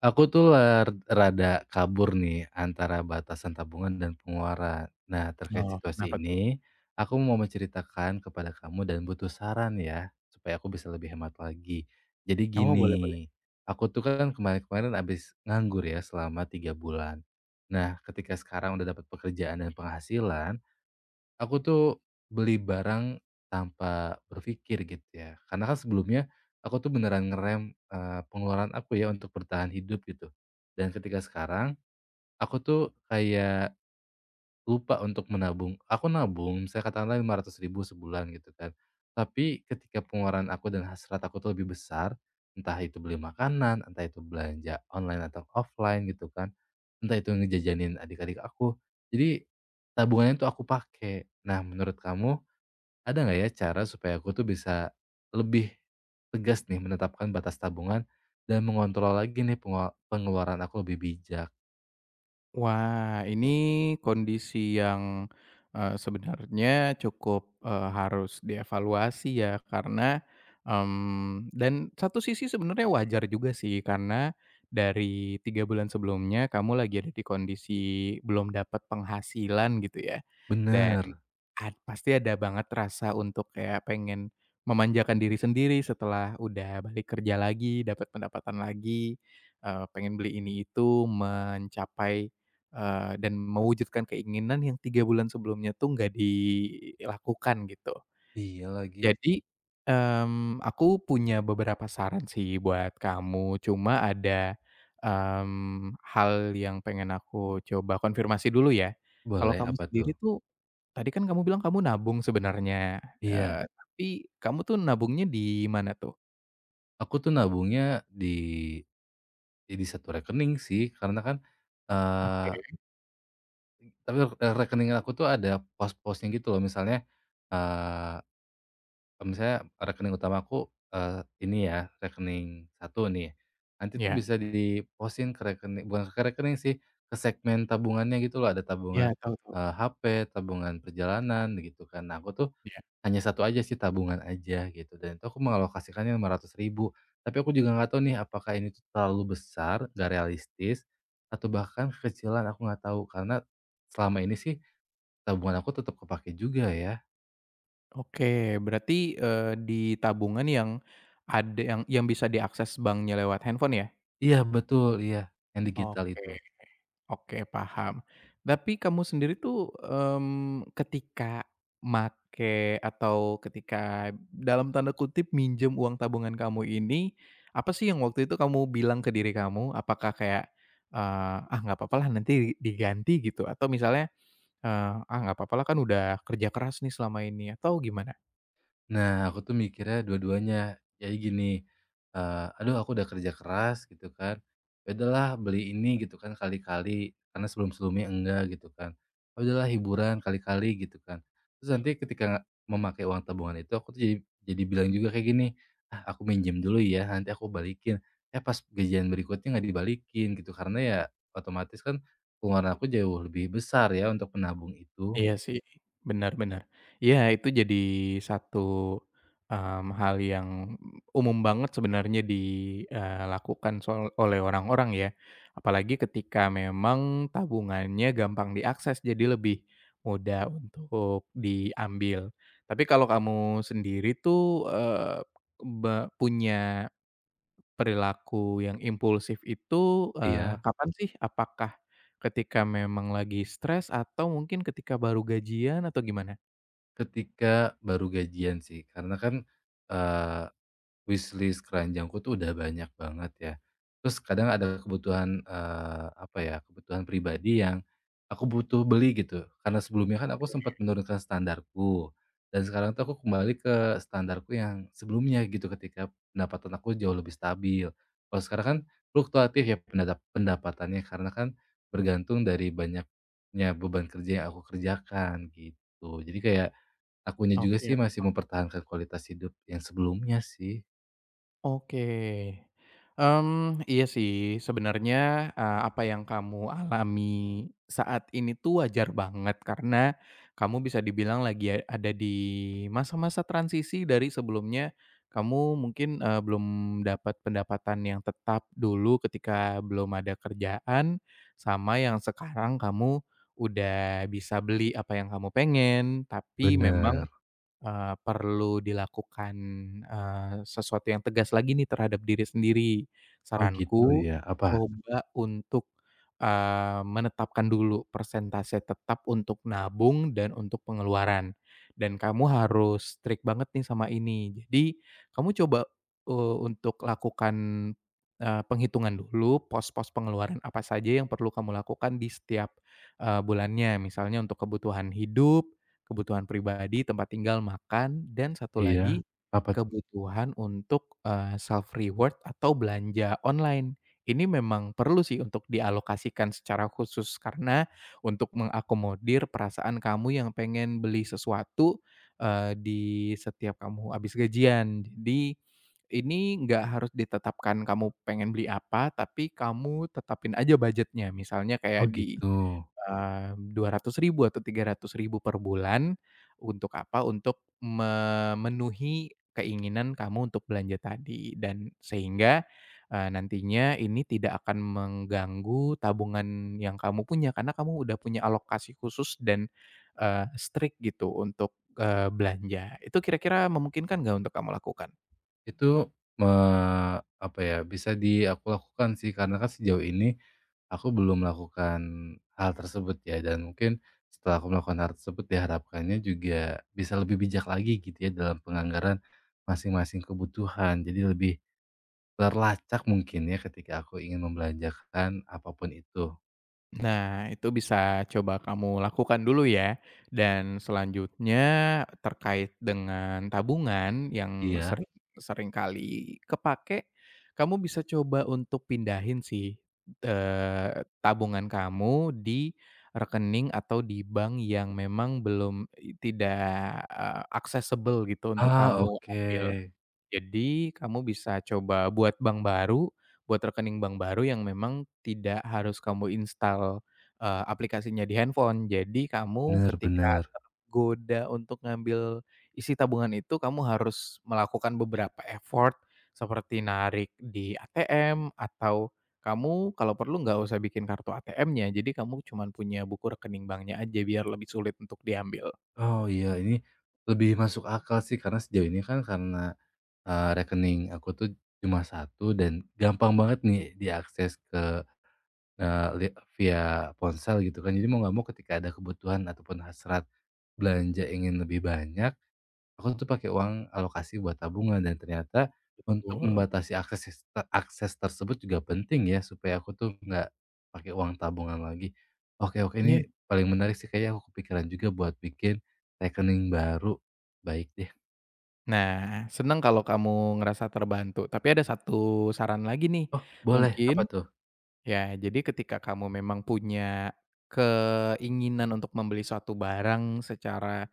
Aku tuh ler rada kabur nih antara batasan tabungan dan pengeluaran. Nah, terkait Oh, kenapa situasi tuh? ini, aku mau menceritakan kepada kamu dan butuh saran ya, supaya aku bisa lebih hemat lagi. Jadi Oh, gini, boleh boleh. aku tuh kan kemarin-kemarin abis nganggur ya selama 3 bulan. Nah, ketika sekarang udah dapat pekerjaan dan penghasilan, aku tuh beli barang tanpa berpikir gitu ya. Karena kan sebelumnya aku tuh beneran ngerem, pengeluaran aku ya untuk bertahan hidup gitu. Dan ketika sekarang aku tuh kayak lupa untuk menabung. Aku nabung misalnya katakanlah 500 ribu sebulan gitu kan. Tapi ketika pengeluaran aku dan hasrat aku tuh lebih besar, entah itu beli makanan, entah itu belanja online atau offline gitu kan, entah itu ngejajanin adik-adik aku. Jadi tabungannya tuh aku pakai. Nah, menurut kamu ada nggak ya cara supaya aku tuh bisa lebih tegas nih menetapkan batas tabungan dan mengontrol lagi nih pengeluaran aku lebih bijak? Wah, ini kondisi yang, sebenarnya cukup, harus dievaluasi ya karena, dan satu sisi sebenarnya wajar juga sih karena dari 3 bulan sebelumnya kamu lagi ada di kondisi belum dapat penghasilan gitu ya dan Bener. Pasti ada banget rasa untuk kayak pengen memanjakan diri sendiri setelah udah balik kerja lagi, dapat pendapatan lagi, pengen beli ini itu, mencapai, dan mewujudkan keinginan yang 3 bulan sebelumnya tuh nggak dilakukan gitu. Iya lagi. Jadi, aku punya beberapa saran sih buat kamu, cuma ada, hal yang pengen aku coba konfirmasi dulu ya. Kalau Boleh, kamu apa tuh? sendiri tuh. Tadi kan kamu bilang kamu nabung sebenarnya, Iya, tapi kamu tuh nabungnya di mana tuh? aku tuh nabungnya di ya di satu rekening sih karena kan eh Oke, tapi rekening aku tuh ada pos-posnya gitu loh, misalnya eh misalnya rekening utamaku, ini ya, rekening satu nih, nanti tuh iya bisa diposin ke rekening, bukan ke rekening sih, ke segmen tabungannya gitu loh, ada iya, tabungan, tahu tahu, HP, tabungan perjalanan gitu kan. Nah, aku tuh iya. hanya satu aja sih, tabungan aja gitu, dan itu aku mengalokasikannya lima rp ribu. Ribu. Tapi aku juga nggak tahu nih, apakah ini tuh terlalu besar, nggak realistis, atau bahkan kekecilan, aku nggak tahu. Karena selama ini sih tabungan aku tetap kepakai juga ya. Oke, berarti, di tabungan yang ada yang bisa diakses banknya lewat handphone ya? Iya betul, iya, yang digital Oke. itu. Oke, paham. Tapi kamu sendiri tuh, ketika make atau ketika dalam tanda kutip "minjem uang tabungan" kamu ini, apa sih yang waktu itu kamu bilang ke diri kamu? Apakah kayak, "Ah, nggak apa papalah nanti diganti," gitu? Atau misalnya, "Ah, nggak apa papalah kan udah kerja keras nih selama ini," atau gimana? Nah, aku tuh mikirnya dua-duanya. Jadi gini, aduh aku udah kerja keras gitu kan, ya udahlah beli ini gitu kan kali-kali, karena sebelum-sebelumnya enggak gitu kan. Ya udahlah hiburan kali-kali gitu kan. Terus nanti ketika memakai uang tabungan itu aku tuh jadi bilang juga kayak gini, "Ah, aku minjem dulu ya, nanti aku balikin." Eh pas gajian berikutnya nggak dibalikin gitu, karena ya otomatis kan pengeluaran aku jauh lebih besar ya untuk menabung itu. Iya sih, benar benar. Iya itu jadi satu, hal yang umum banget sebenarnya dilakukan oleh orang-orang ya. Apalagi ketika memang tabungannya gampang diakses, jadi lebih mudah untuk diambil. Tapi kalau kamu sendiri tuh, punya perilaku yang impulsif itu, Iya. kapan sih? Apakah ketika memang lagi stres atau mungkin ketika baru gajian atau gimana? Ketika baru gajian sih, karena kan, eee, wishlist keranjangku tuh udah banyak banget ya. Terus kadang ada kebutuhan, apa ya, kebutuhan pribadi yang aku butuh beli gitu. Karena sebelumnya kan aku Oke. sempat menurunkan standarku, dan sekarang tuh aku kembali ke standarku yang sebelumnya gitu ketika pendapatan aku jauh lebih stabil. Kalau sekarang kan fluktuatif ya pendapatannya karena kan bergantung dari banyaknya beban kerja yang aku kerjakan gitu. Jadi kayak akunya juga Oke. sih masih mempertahankan kualitas hidup yang sebelumnya sih. Oke, iya sih sebenarnya, apa yang kamu alami saat ini tuh wajar banget karena kamu bisa dibilang lagi ada di masa-masa transisi dari sebelumnya kamu mungkin, belum dapat pendapatan yang tetap dulu ketika belum ada kerjaan, sama yang sekarang kamu udah bisa beli apa yang kamu pengen, tapi memang Bener. Perlu dilakukan, sesuatu yang tegas lagi nih terhadap diri sendiri. Oh gitu Saranku, ya, apa? coba untuk, menetapkan dulu persentase tetap untuk nabung dan untuk pengeluaran. Dan kamu harus strict banget nih sama ini. Jadi, kamu coba, untuk lakukan, penghitungan dulu pos-pos pengeluaran apa saja yang perlu kamu lakukan di setiap, bulannya. Misalnya untuk kebutuhan hidup, kebutuhan pribadi, tempat tinggal, makan, dan satu Iya, lagi apa tuh? kebutuhan untuk, self reward atau belanja online. Ini memang perlu sih untuk dialokasikan secara khusus karena untuk mengakomodir perasaan kamu yang pengen beli sesuatu, di setiap kamu habis gajian. Jadi ini nggak harus ditetapkan kamu pengen beli apa, tapi kamu tetapin aja budgetnya. Misalnya Oh kayak di gitu. Rp200.000 atau rp ribu per bulan, untuk apa? Untuk memenuhi keinginan kamu untuk belanja tadi dan sehingga, nantinya ini tidak akan mengganggu tabungan yang kamu punya karena kamu udah punya alokasi khusus dan, strict gitu untuk, belanja. Itu kira-kira memungkinkan nggak untuk kamu lakukan? Itu, eee, apa ya, bisa di aku lakukan sih karena kan sejauh ini aku belum melakukan hal tersebut ya, dan mungkin setelah aku melakukan hal tersebut diharapkannya juga bisa lebih bijak lagi gitu ya dalam penganggaran masing-masing kebutuhan. Jadi lebih terlacak mungkin ya ketika aku ingin membelanjakan apapun itu. Nah, itu bisa coba kamu lakukan dulu ya. Dan selanjutnya terkait dengan tabungan yang Iya. sering sering kali kepake, kamu bisa coba untuk pindahin sih, eee, tabungan kamu di rekening atau di bank yang memang belum tidak, accessible gitu untuk Ah, kamu ambil. oke. Jadi kamu bisa coba buat bank baru, buat rekening bank baru yang memang tidak harus kamu install, aplikasinya di handphone. Jadi kamu Bener ketika bener. tergoda untuk ngambil isi tabungan itu, kamu harus melakukan beberapa effort seperti narik di ATM atau kamu kalau perlu nggak usah bikin kartu ATM-nya, jadi kamu cuman punya buku rekening banknya aja biar lebih sulit untuk diambil. Oh iya, ini lebih masuk akal sih karena sejauh ini kan karena, rekening aku tuh cuma satu dan gampang banget nih diakses ke, eee, li via ponsel gitu kan, jadi mau nggak mau ketika ada kebutuhan ataupun hasrat belanja ingin lebih banyak, aku tuh pakai uang alokasi buat tabungan. Dan ternyata untuk Betul. membatasi akses akses tersebut juga penting ya, supaya aku tuh nggak pakai uang tabungan lagi. Oke oke, Iya. ini paling menarik sih, kayaknya aku kepikiran juga buat bikin rekening baru, baik deh. Nah, seneng kalau kamu ngerasa terbantu. Tapi ada satu saran lagi nih, Oh boleh, mungkin apa tuh? ya jadi ketika kamu memang punya keinginan untuk membeli suatu barang secara,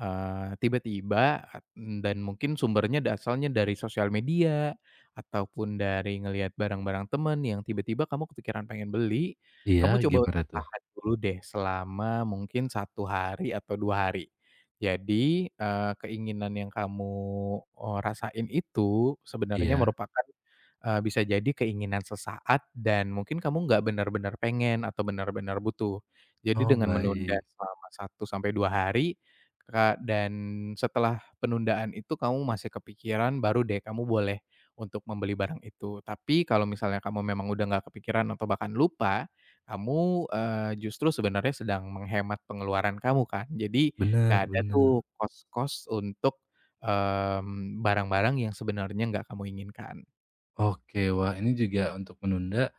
tiba-tiba dan mungkin sumbernya asalnya dari sosial media, ataupun dari ngelihat barang-barang temen yang tiba-tiba kamu kepikiran pengen beli, Iya, kamu coba gimana untuk tuh? tahan dulu deh selama mungkin satu hari atau 2 hari. Jadi, keinginan yang kamu, rasain itu sebenarnya Iya? merupakan, bisa jadi keinginan sesaat dan mungkin kamu nggak benar-benar pengen atau benar-benar butuh. Jadi Oh dengan menunda baik, selama satu sampai 2 hari, Kak, dan setelah penundaan itu kamu masih kepikiran, baru deh kamu boleh untuk membeli barang itu. Tapi kalau misalnya kamu memang udah nggak kepikiran atau bahkan lupa, kamu, justru sebenarnya sedang menghemat pengeluaran kamu kan. Jadi bener nggak ada bener. tuh kos-kos untuk, barang-barang yang sebenarnya nggak kamu inginkan. Oke, wah ini juga untuk menunda,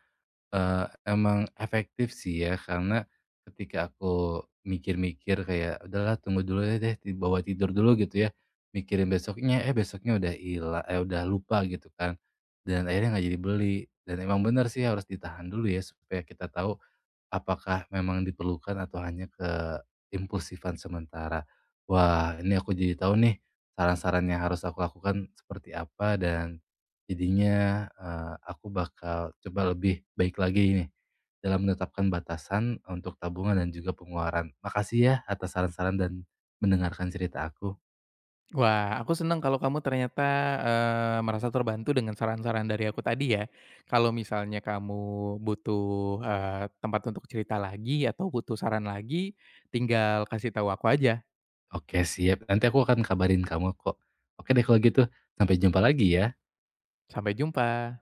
Emang efektif sih ya, karena ketika aku mikir-mikir kayak, "Udahlah tunggu dulu ya deh, di bawa tidur dulu," gitu ya, mikirin besoknya, eh besoknya udah hila eh udah lupa gitu kan, dan akhirnya nggak jadi beli. Dan emang benar sih harus ditahan dulu ya supaya kita tahu apakah memang diperlukan atau hanya ke impulsifan sementara. Wah, ini aku jadi tahu nih saran-saran yang harus aku lakukan seperti apa, dan jadinya, aku bakal coba lebih baik lagi nih dalam menetapkan batasan untuk tabungan dan juga pengeluaran. Makasih ya atas saran-saran dan mendengarkan cerita aku. Wah, aku senang kalau kamu ternyata, merasa terbantu dengan saran-saran dari aku tadi ya. Kalau misalnya kamu butuh, tempat untuk cerita lagi atau butuh saran lagi, tinggal kasih tahu aku aja. Oke siap, nanti aku akan kabarin kamu kok. Oke deh kalau gitu, sampai jumpa lagi ya. Sampai jumpa.